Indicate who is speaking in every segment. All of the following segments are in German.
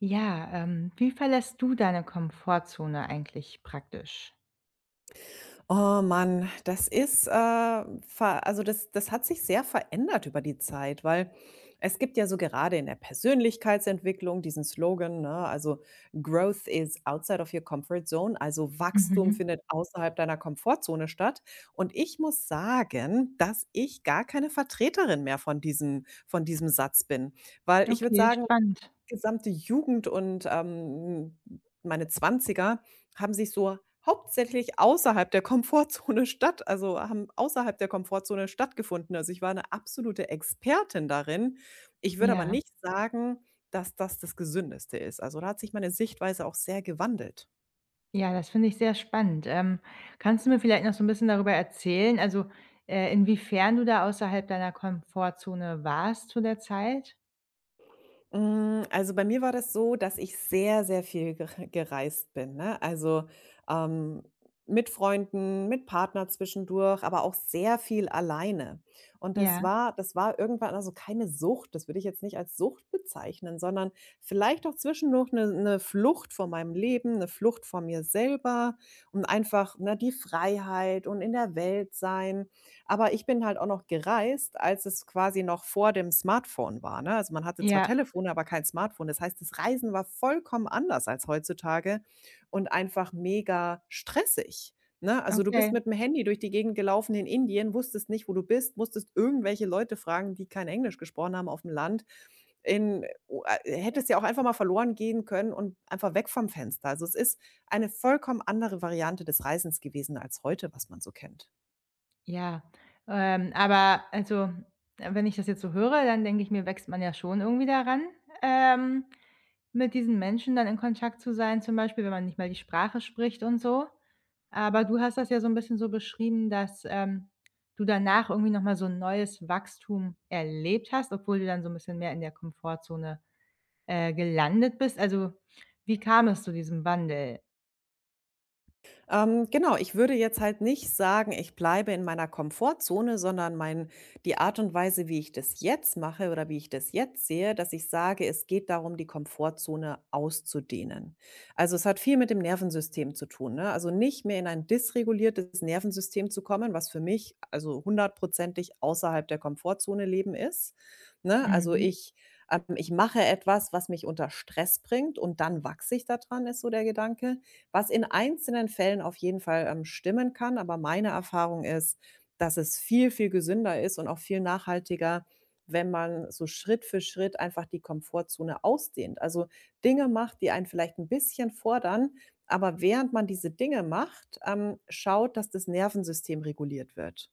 Speaker 1: Ja, wie verlässt du deine Komfortzone eigentlich praktisch?
Speaker 2: Oh Mann, das ist, ver also das hat sich sehr verändert über die Zeit, weil es gibt ja so gerade in der Persönlichkeitsentwicklung diesen Slogan, ne, also: „Growth is outside of your comfort zone“, also Wachstum
Speaker 1: Mhm.
Speaker 2: findet außerhalb deiner Komfortzone statt. Und ich muss sagen, dass ich gar keine Vertreterin mehr von diesem Satz bin, weil ich würde
Speaker 1: Okay,
Speaker 2: sagen
Speaker 1: spannend.
Speaker 2: gesamte Jugend und, meine Zwanziger haben sich so hauptsächlich außerhalb der Komfortzone haben außerhalb der Komfortzone stattgefunden. Also, ich war eine absolute Expertin darin. Ich würde aber
Speaker 1: Ja,
Speaker 2: nicht sagen, dass das das Gesündeste ist. Also, da hat sich meine Sichtweise auch sehr gewandelt.
Speaker 1: ja, das finde ich sehr spannend. Kannst du mir vielleicht noch so 'n bisschen darüber erzählen, also, inwiefern du da außerhalb deiner Komfortzone warst zu der Zeit?
Speaker 2: Hm, also, bei mir war das so, dass ich sehr, sehr viel gereist bin, ne? Also, ähm, mit Freunden, mit Partner zwischendurch, aber auch sehr viel alleine. Und das
Speaker 1: Ja,
Speaker 2: war das war irgendwann also keine Sucht, das würde ich jetzt nicht als Sucht bezeichnen, sondern vielleicht auch zwischendurch eine 'ne Flucht vor meinem Leben, eine Flucht vor mir selber und einfach, ne, die Freiheit und in der Welt sein, aber ich bin halt auch noch gereist, als es quasi noch vor dem Smartphone war, ne? Also, man hatte zwar
Speaker 1: ja,
Speaker 2: Telefone, aber kein Smartphone. Das heißt, das Reisen war vollkommen anders als heutzutage und einfach mega stressig, ne? Also, du
Speaker 1: okay.
Speaker 2: bist mit dem Handy durch die Gegend gelaufen in Indien, wusstest nicht, wo du bist, musstest irgendwelche Leute fragen, die kein Englisch gesprochen haben aufm Land. In o a hättest ja auch einfach mal verloren gehen können und einfach weg vom Fenster. Also, es ist eine vollkommen andere Variante des Reisens gewesen als heute, was man so kennt.
Speaker 1: Ja, aber also, wenn ich das jetzt so höre, dann denke ich mir, wächst man ja schon irgendwie daran, ähm, mit diesen Menschen dann in Kontakt zu sein, zum Beispiel, wenn man nicht mal die Sprache spricht und so. Aber du hast das ja so ein bisschen so beschrieben, dass, du danach irgendwie noch mal so ein neues Wachstum erlebt hast, obwohl du dann so ein bisschen mehr in der Komfortzone, gelandet bist. Also, wie kam es zu diesem Wandel?
Speaker 2: Genau, ich würde jetzt halt nicht sagen, ich bleibe in meiner Komfortzone, sondern mein die Art und Weise, wie ich das jetzt mache oder wie ich das jetzt sehe, dass ich sage, es geht darum, die Komfortzone auszudehnen. Also, es hat viel mit dem Nervensystem zu tun, ne? Also, nicht mehr in ein dysreguliertes Nervensystem zu kommen, was für mich, also, hundertprozentig außerhalb der Komfortzone leben ist, ne?
Speaker 1: Mhm.
Speaker 2: Ich mache etwas, was mich unter Stress bringt und dann wachse ich daran. Ist so der Gedanke, was in einzelnen Fällen auf jeden Fall, stimmen kann. Aber meine Erfahrung ist, dass es viel, viel gesünder ist und auch viel nachhaltiger, wenn man so Schritt für Schritt einfach die Komfortzone ausdehnt. Also, Dinge macht, die einen vielleicht ein bisschen fordern, aber während man diese Dinge macht, schaut, dass das Nervensystem reguliert wird.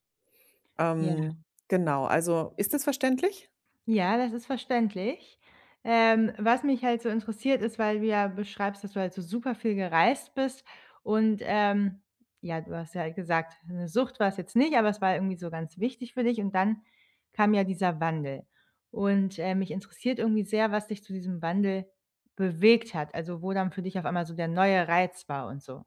Speaker 2: Ähm, genau, also ist das verständlich?
Speaker 1: Ja, das ist verständlich. Was mich halt so interessiert, ist, weil du ja beschreibst, dass du halt so super viel gereist bist und, ja, du hast ja halt gesagt, eine Sucht war es jetzt nicht, aber es war irgendwie so ganz wichtig für dich und dann kam ja dieser Wandel. Und, mich interessiert irgendwie sehr, was dich zu diesem Wandel bewegt hat, also, wo dann für dich auf einmal so der neue Reiz war und so.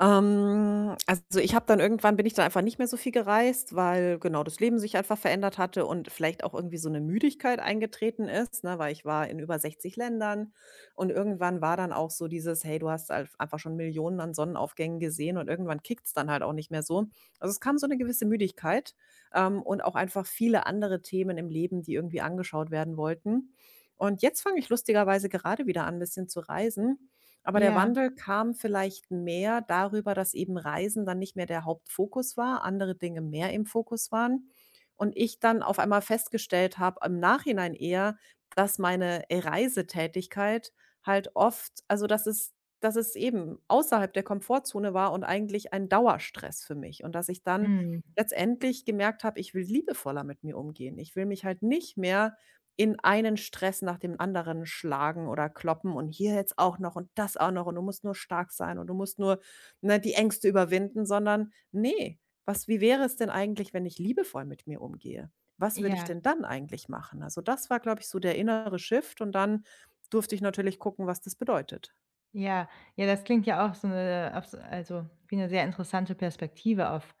Speaker 2: Also ich habe dann irgendwann bin ich dann einfach nicht mehr so viel gereist, weil genau das Leben sich einfach verändert hatte und vielleicht auch irgendwie so eine Müdigkeit eingetreten ist, ne, weil ich war in über 60 Ländern und irgendwann war dann auch so dieses: „Hey, du hast halt einfach schon Millionen an Sonnenaufgängen gesehen“, und irgendwann kickt's dann halt auch nicht mehr so. Also, es kam so eine gewisse Müdigkeit, und auch einfach viele andere Themen im Leben, die irgendwie angeschaut werden wollten. Und jetzt fange ich lustigerweise gerade wieder an, ein bisschen zu reisen. Aber der
Speaker 1: Ja,
Speaker 2: Wandel kam vielleicht mehr darüber, dass eben Reisen dann nicht mehr der Hauptfokus war, andere Dinge mehr im Fokus waren und ich dann auf einmal festgestellt habe, im Nachhinein eher, dass meine Reisetätigkeit halt oft also, dass es dass es eben außerhalb der Komfortzone war und eigentlich ein Dauerstress für mich und dass ich dann
Speaker 1: mhm,
Speaker 2: letztendlich gemerkt habe, ich will liebevoller mit mir umgehen. Ich will mich halt nicht mehr in einen Stress nach dem anderen schlagen oder kloppen und hier jetzt auch noch und das auch noch und du musst nur stark sein und du musst nur, ne, die Ängste überwinden, sondern nee, was wie wäre es denn eigentlich, wenn ich liebevoll mit mir umgehe? Was würde ich
Speaker 1: ja.
Speaker 2: denn dann eigentlich machen? Also, das war, glaube ich, so der innere Shift, und dann durfte ich natürlich gucken, was das bedeutet.
Speaker 1: Ja, ja, das klingt ja auch so eine, auf s also, wie eine sehr interessante Perspektive auf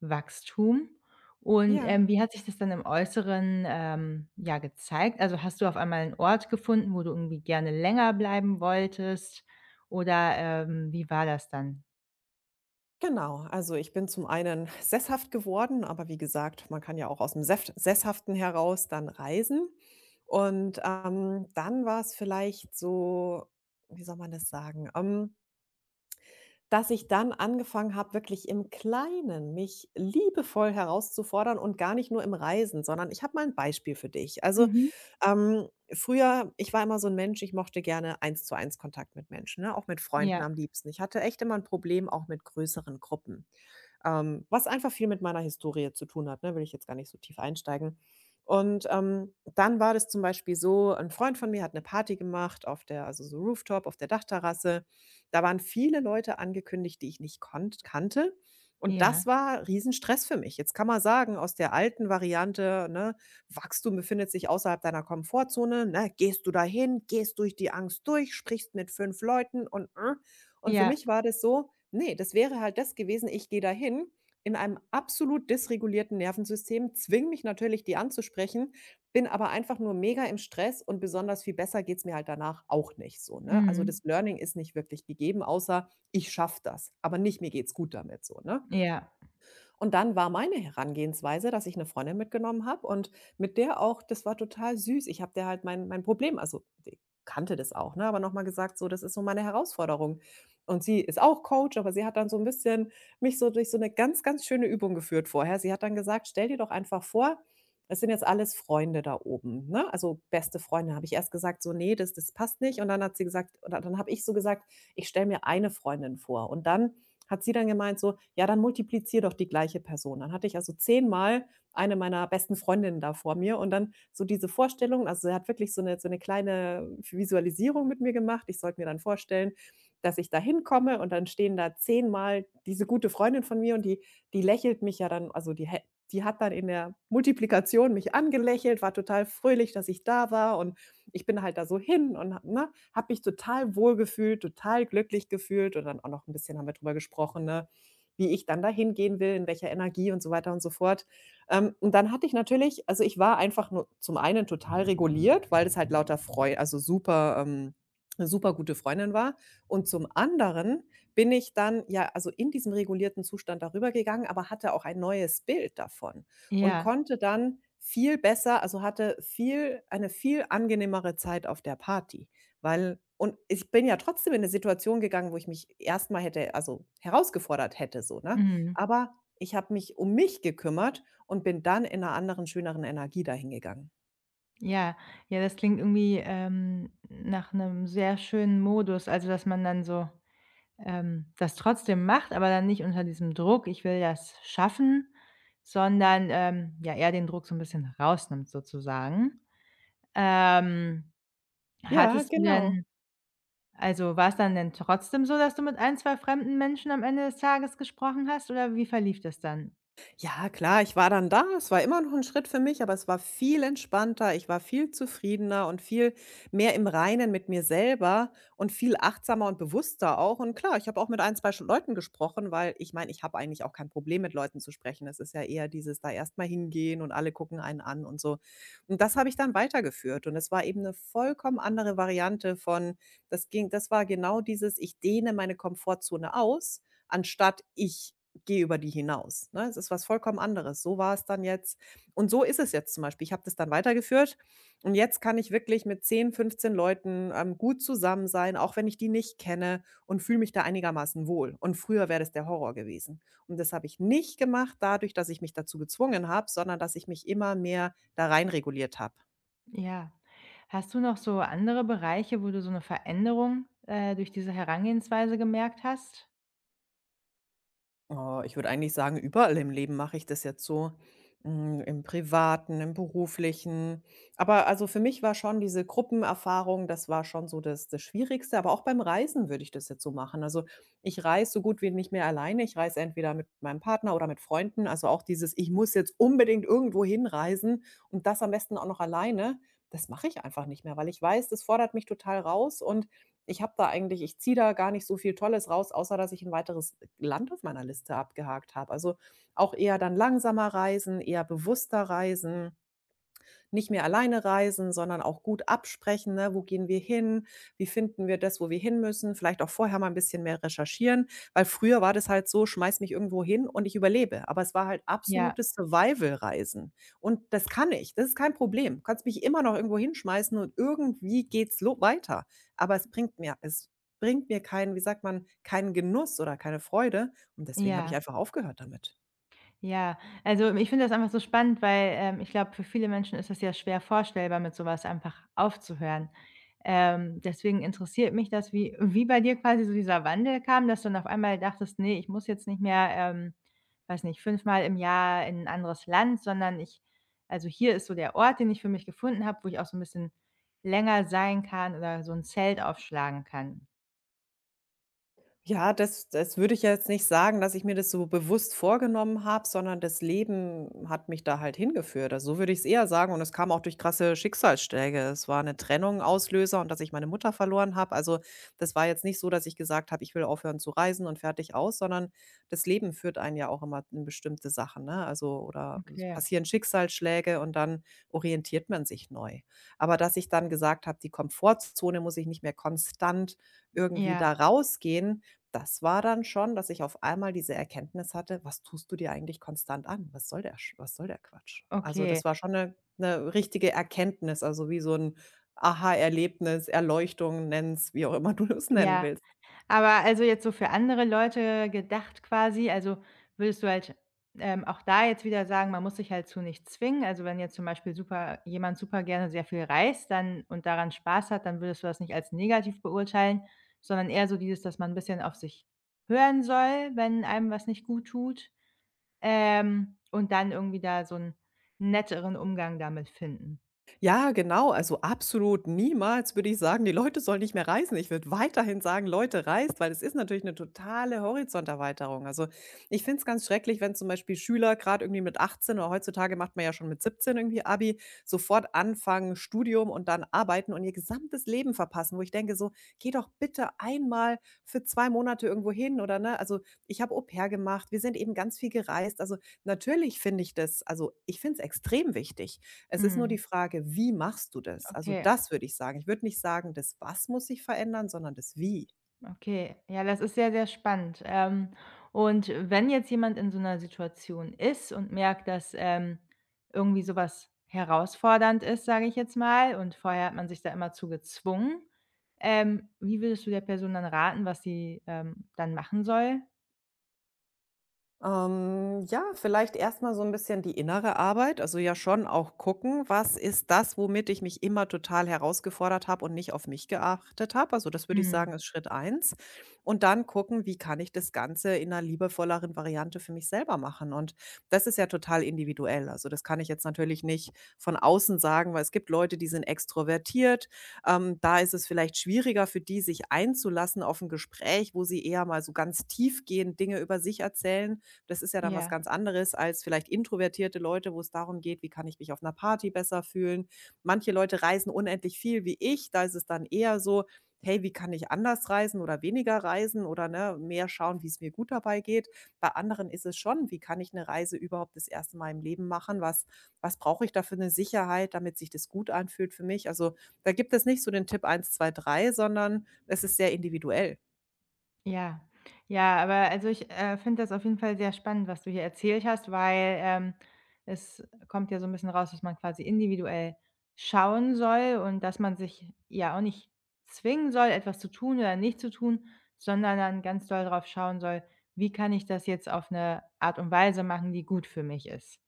Speaker 1: Wachstum. Und,
Speaker 2: Ja.
Speaker 1: wie hat sich das dann im Äußeren, ja, gezeigt? Also, hast du auf einmal einen Ort gefunden, wo du irgendwie gerne länger bleiben wolltest oder, wie war das dann?
Speaker 2: Genau, also ich bin zum einen sesshaft geworden, aber wie gesagt, man kann ja auch aus dem Seft Sesshaften heraus dann reisen. Und, dann war es vielleicht so, wie soll man das sagen? Dass ich dann angefangen habe, wirklich im Kleinen mich liebevoll herauszufordern und gar nicht nur im Reisen, sondern ich habe mal ein Beispiel für dich. Also,
Speaker 1: Mhm.
Speaker 2: früher, ich war immer so ein Mensch, ich mochte gerne Eins-zu-eins Kontakt mit Menschen, ne, auch mit Freunden
Speaker 1: Ja,
Speaker 2: am liebsten. Ich hatte echt immer ein Problem auch mit größeren Gruppen, was einfach viel mit meiner Historie zu tun hat, ne, will ich jetzt gar nicht so tief einsteigen. Und, dann war das zum Beispiel so, ein Freund von mir hat eine Party gemacht auf der so Rooftop auf der Dachterrasse, da waren viele Leute angekündigt, die ich nicht konnt kannte. Und
Speaker 1: ja,
Speaker 2: das war Riesenstress für mich. Jetzt kann man sagen, aus der alten Variante, ne, Wachstum befindet sich außerhalb deiner Komfortzone, ne, gehst du dahin, gehst durch die Angst durch, sprichst mit 5 Leuten. Und für
Speaker 1: ja,
Speaker 2: mich war das so, ne, das wäre halt das gewesen, ich gehe dahin in einem absolut dysregulierten Nervensystem, zwing mich natürlich, die anzusprechen, bin aber einfach nur mega im Stress und besonders viel besser geht's mir halt danach auch nicht so, ne? Also,
Speaker 1: mhm,
Speaker 2: das Learning ist nicht wirklich gegeben, außer ich schaffe das, aber nicht mir geht's gut damit so, ne?
Speaker 1: ja,
Speaker 2: Und dann war meine Herangehensweise, dass ich eine Freundin mitgenommen habe und mit der auch das war total süß. Ich habe der halt mein Problem also, die kannte das auch, ne, aber noch mal gesagt, so: „Das ist so meine Herausforderung.“ Und sie ist auch Coach, aber sie hat dann so ein bisschen mich so durch so eine ganz, ganz schöne Übung geführt vorher. Sie hat dann gesagt: „Stell dir doch einfach vor, es sind jetzt alles Freunde da oben“, ne? Also, beste Freunde. Habe ich erst gesagt, so: „Nee, das passt nicht.“ Und dann hat sie gesagt, oder dann habe ich so gesagt: „Ich stelle mir eine Freundin vor.“ Und dann hat sie dann gemeint so: „Ja, dann multiplizier doch die gleiche Person.“ Dann hatte ich also zehnmal eine meiner besten Freundinnen da vor mir und dann so diese Vorstellung, also, sie hat wirklich so eine kleine Visualisierung mit mir gemacht. Ich sollte mir dann vorstellen, dass ich da hinkomme und dann stehen da zehnmal diese gute Freundin von mir, und die lächelt mich ja dann die hat dann in der Multiplikation mich angelächelt, war total fröhlich, dass ich da war, und ich bin halt da so hin und ne, habe mich total wohlgefühlt, total glücklich gefühlt, und dann auch noch ein bisschen haben wir drüber gesprochen, ne, wie ich dann dahin gehen will, in welcher Energie und so weiter und so fort. Und dann hatte ich natürlich also, ich war einfach nur zum einen total reguliert, weil es halt lauter Freu also, super 'ne supergute Freundin war, und zum anderen bin ich dann ja, also, in diesem regulierten Zustand darüber gegangen, aber hatte auch ein neues Bild davon, und
Speaker 1: ja,
Speaker 2: konnte dann viel besser also, hatte viel angenehmere Zeit auf der Party, weil, und ich bin ja trotzdem in 'ne Situation gegangen, wo ich mich erst mal hätte also, herausgefordert hätte so, ne?
Speaker 1: mhm,
Speaker 2: Aber ich habe mich um mich gekümmert und bin dann in 'ner anderen, schöneren Energie dahin gegangen.
Speaker 1: ja. Ja, das klingt irgendwie, nach einem sehr schönen Modus, also, dass man dann so ähm, das trotzdem macht, aber dann nicht unter diesem Druck: „Ich will das schaffen“, sondern, ja, eher den Druck so ein bisschen rausnimmt sozusagen. Ähm,
Speaker 2: Ja,
Speaker 1: Hattest du
Speaker 2: genau.
Speaker 1: denn also, war es dann denn trotzdem so, dass du mit ein, 2 fremden Menschen am Ende des Tages gesprochen hast oder wie verlief das dann?
Speaker 2: Ja, klar, ich war dann da. Es war immer noch ein Schritt für mich, aber es war viel entspannter. Ich war viel zufriedener und viel mehr im Reinen mit mir selber und viel achtsamer und bewusster auch. Und klar, ich habe auch mit ein, 2 sch Leuten gesprochen, weil ich meine, ich habe eigentlich auch kein Problem, mit Leuten zu sprechen. Es ist ja eher dieses da erstmal hingehen und alle gucken einen an und so. Und das habe ich dann weitergeführt, und es war eben eine vollkommen andere Variante von das war genau dieses: Ich dehne meine Komfortzone aus, anstatt ich gehe über die hinaus, ne? Es ist was vollkommen anderes. So war es dann jetzt und so ist es jetzt zum Beispiel. Ich habe das dann weitergeführt, und jetzt kann ich wirklich mit 10, 15 Leuten, gut zusammen sein, auch wenn ich die nicht kenne, und fühle mich da einigermaßen wohl. Und früher wäre das der Horror gewesen. Und das habe ich nicht gemacht dadurch, dass ich mich dazu gezwungen habe, sondern dass ich mich immer mehr da rein reguliert habe.
Speaker 1: Ja. Hast du noch so andere Bereiche, wo du so eine Veränderung, durch diese Herangehensweise gemerkt hast?
Speaker 2: Oh, ich würde eigentlich sagen, überall im Leben mache ich das jetzt so, hm, im Privaten, im Beruflichen. Aber also für mich war schon diese Gruppenerfahrung, das war schon so das Schwierigste, aber auch beim Reisen würde ich das jetzt so machen. Also, ich reise so gut wie nicht mehr alleine. Ich reise entweder mit meinem Partner oder mit Freunden. Also auch dieses: „Ich muss jetzt unbedingt irgendwo hinreisen und das am besten auch noch alleine“, das mache ich einfach nicht mehr, weil ich weiß, das fordert mich total raus und ich habe da eigentlich, ich ziehe da gar nicht so viel Tolles raus, außer dass ich ein weiteres Land auf meiner Liste abgehakt habe. Also, auch eher dann langsamer reisen, eher bewusster reisen, nicht mehr alleine reisen, sondern auch gut absprechen, ne? Wo gehen wir hin? Wie finden wir das, wo wir hin müssen? Vielleicht auch vorher mal ein bisschen mehr recherchieren, weil früher war das halt so: Schmeiß mich irgendwo hin und ich überlebe. Aber es war halt
Speaker 1: Ja,
Speaker 2: absolutes Survival-Reisen und das kann ich. Das ist kein Problem. Du kannst mich immer noch irgendwo hinschmeißen und irgendwie geht's lo weiter. Es bringt mir keinen, wie sagt man, keinen Genuss oder keine Freude, und deswegen habe ich
Speaker 1: ja.
Speaker 2: einfach aufgehört damit.
Speaker 1: Ja, also ich finde das einfach so spannend, weil, ich glaube, für viele Menschen ist es ja schwer vorstellbar, mit sowas einfach aufzuhören. Deswegen interessiert mich das, wie bei dir quasi so dieser Wandel kam, dass du dann auf einmal dachtest: nee, ich muss jetzt nicht mehr, weiß nicht, fünfmal im Jahr in ein anderes Land, sondern ich also hier ist so der Ort, den ich für mich gefunden habe, wo ich auch so ein bisschen länger sein kann oder so ein Zelt aufschlagen kann.“
Speaker 2: Ja, das würde ich ja jetzt nicht sagen, dass ich mir das so bewusst vorgenommen habe, sondern das Leben hat mich da halt hingeführt. Also, so würde ich es eher sagen, und es kam auch durch krasse Schicksalsschläge. Es war eine Trennung Auslöser und dass ich meine Mutter verloren habe. Also, das war jetzt nicht so, dass ich gesagt habe: „Ich will aufhören zu reisen und fertig aus“, sondern das Leben führt einen ja auch immer in bestimmte Sachen, ne? Also, oder es
Speaker 1: Okay.
Speaker 2: passieren Schicksalsschläge und dann orientiert man sich neu. Aber dass ich dann gesagt habe: „Die Komfortzone muss ich nicht mehr konstant irgendwie
Speaker 1: Ja,
Speaker 2: da rausgehen“, das war dann schon, dass ich auf einmal diese Erkenntnis hatte: „Was tust du dir eigentlich konstant an? Was soll der Quatsch?“ Also,
Speaker 1: okay.
Speaker 2: das war schon eine 'ne richtige Erkenntnis, also, wie so ein Aha-Erlebnis, Erleuchtung, nenn's wie auch immer du es nennen
Speaker 1: Ja.
Speaker 2: willst.
Speaker 1: Aber also jetzt so für andere Leute gedacht quasi, also würdest du halt, auch da jetzt wieder sagen, man muss sich halt zu nichts zwingen? Also, wenn jetzt zum Beispiel super jemand super gerne sehr viel reist dann und daran Spaß hat, dann würdest du das nicht als negativ beurteilen, sondern eher so dieses, dass man ein bisschen auf sich hören soll, wenn einem was nicht guttut, und dann irgendwie da so einen netteren Umgang damit finden.
Speaker 2: Ja, genau. Also absolut niemals würde ich sagen, die Leute sollen nicht mehr reisen. Ich würde weiterhin sagen, Leute, reist, weil es ist natürlich eine totale Horizonterweiterung. Also ich finde es ganz schrecklich, wenn zum Beispiel Schüler gerade irgendwie mit 18 oder heutzutage macht man ja schon mit 17 irgendwie Abi, sofort anfangen, Studium und dann arbeiten und ihr gesamtes Leben verpassen, wo ich denke, so, geh doch bitte einmal für zwei Monate irgendwo hin, oder ne? Also ich habe Au-pair gemacht, wir sind eben ganz viel gereist. Also natürlich finde ich das, also ich finde es extrem wichtig. Es ist nur
Speaker 1: Mhm,
Speaker 2: die Frage, wie machst du das? Also,
Speaker 1: okay.
Speaker 2: das würde ich sagen. Ich würde nicht sagen, das „Was“ muss sich verändern, sondern das „Wie“.
Speaker 1: Okay, ja, das ist sehr, sehr spannend. Und wenn jetzt jemand in so einer Situation ist und merkt, dass, irgendwie sowas herausfordernd ist, sage ich jetzt mal, und vorher hat man sich da immer zu gezwungen, wie würdest du der Person dann raten, was sie, dann machen soll?
Speaker 2: Ja, vielleicht erst mal so ein bisschen die innere Arbeit, also ja schon auch gucken, was ist das, womit ich mich immer total herausgefordert habe und nicht auf mich geachtet habe. Also, das würde ich
Speaker 1: Mhm,
Speaker 2: sagen, ist Schritt eins. Und dann gucken, wie kann ich das Ganze in einer liebevolleren Variante für mich selber machen? Und das ist ja total individuell. Also, das kann ich jetzt natürlich nicht von außen sagen, weil es gibt Leute, die sind extrovertiert. Da ist es vielleicht schwieriger für die, sich einzulassen auf ein Gespräch, wo sie eher mal so ganz tiefgehend Dinge über sich erzählen. Das ist ja dann was
Speaker 1: ja.
Speaker 2: ganz anderes als vielleicht introvertierte Leute, wo es darum geht: „Wie kann ich mich auf einer Party besser fühlen?“ Manche Leute reisen unendlich viel wie ich, da ist es dann eher so: „Hey, wie kann ich anders reisen oder weniger reisen oder, ne, mehr schauen, wie es mir gut dabei geht?“ Bei anderen ist es schon: „Wie kann ich eine Reise überhaupt das erste Mal im Leben machen? Was brauche ich da für 'ne Sicherheit, damit sich das gut anfühlt für mich?“ Also, da gibt es nicht so den Tipp eins, 2, 3, sondern es ist sehr individuell.
Speaker 1: Ja, ja, aber also ich, finde das auf jeden Fall sehr spannend, was du hier erzählt hast, weil, es kommt ja so ein bisschen raus, dass man quasi individuell schauen soll und dass man sich ja auch nicht zwingen soll, etwas zu tun oder nicht zu tun, sondern dann ganz doll drauf schauen soll: „Wie kann ich das jetzt auf eine Art und Weise machen, die gut für mich ist?“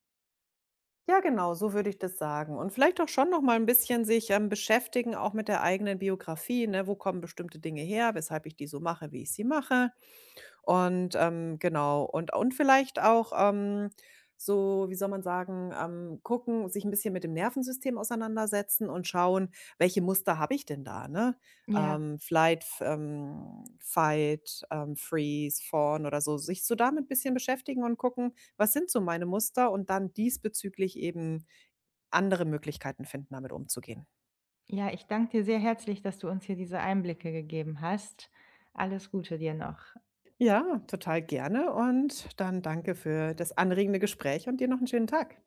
Speaker 2: Ja, genau, so würde ich das sagen. Und vielleicht auch schon noch mal ein bisschen sich, beschäftigen, auch mit der eigenen Biografie, ne? Wo kommen bestimmte Dinge her, weshalb ich die so mache, wie ich sie mache? Und, genau. Und vielleicht auch, so, wie soll man sagen, gucken, sich ein bisschen mit dem Nervensystem auseinandersetzen und schauen, welche Muster habe ich denn da, ne?
Speaker 1: Ja,
Speaker 2: Flight, f Fight, Freeze, Fawn oder so. Sich so damit ein bisschen beschäftigen und gucken, was sind so meine Muster und dann diesbezüglich eben andere Möglichkeiten finden, damit umzugehen.
Speaker 1: ja, ich danke dir sehr herzlich, dass du uns hier diese Einblicke gegeben hast. Alles Gute dir noch.
Speaker 2: Ja, total gerne, und dann danke für das anregende Gespräch und dir noch einen schönen Tag.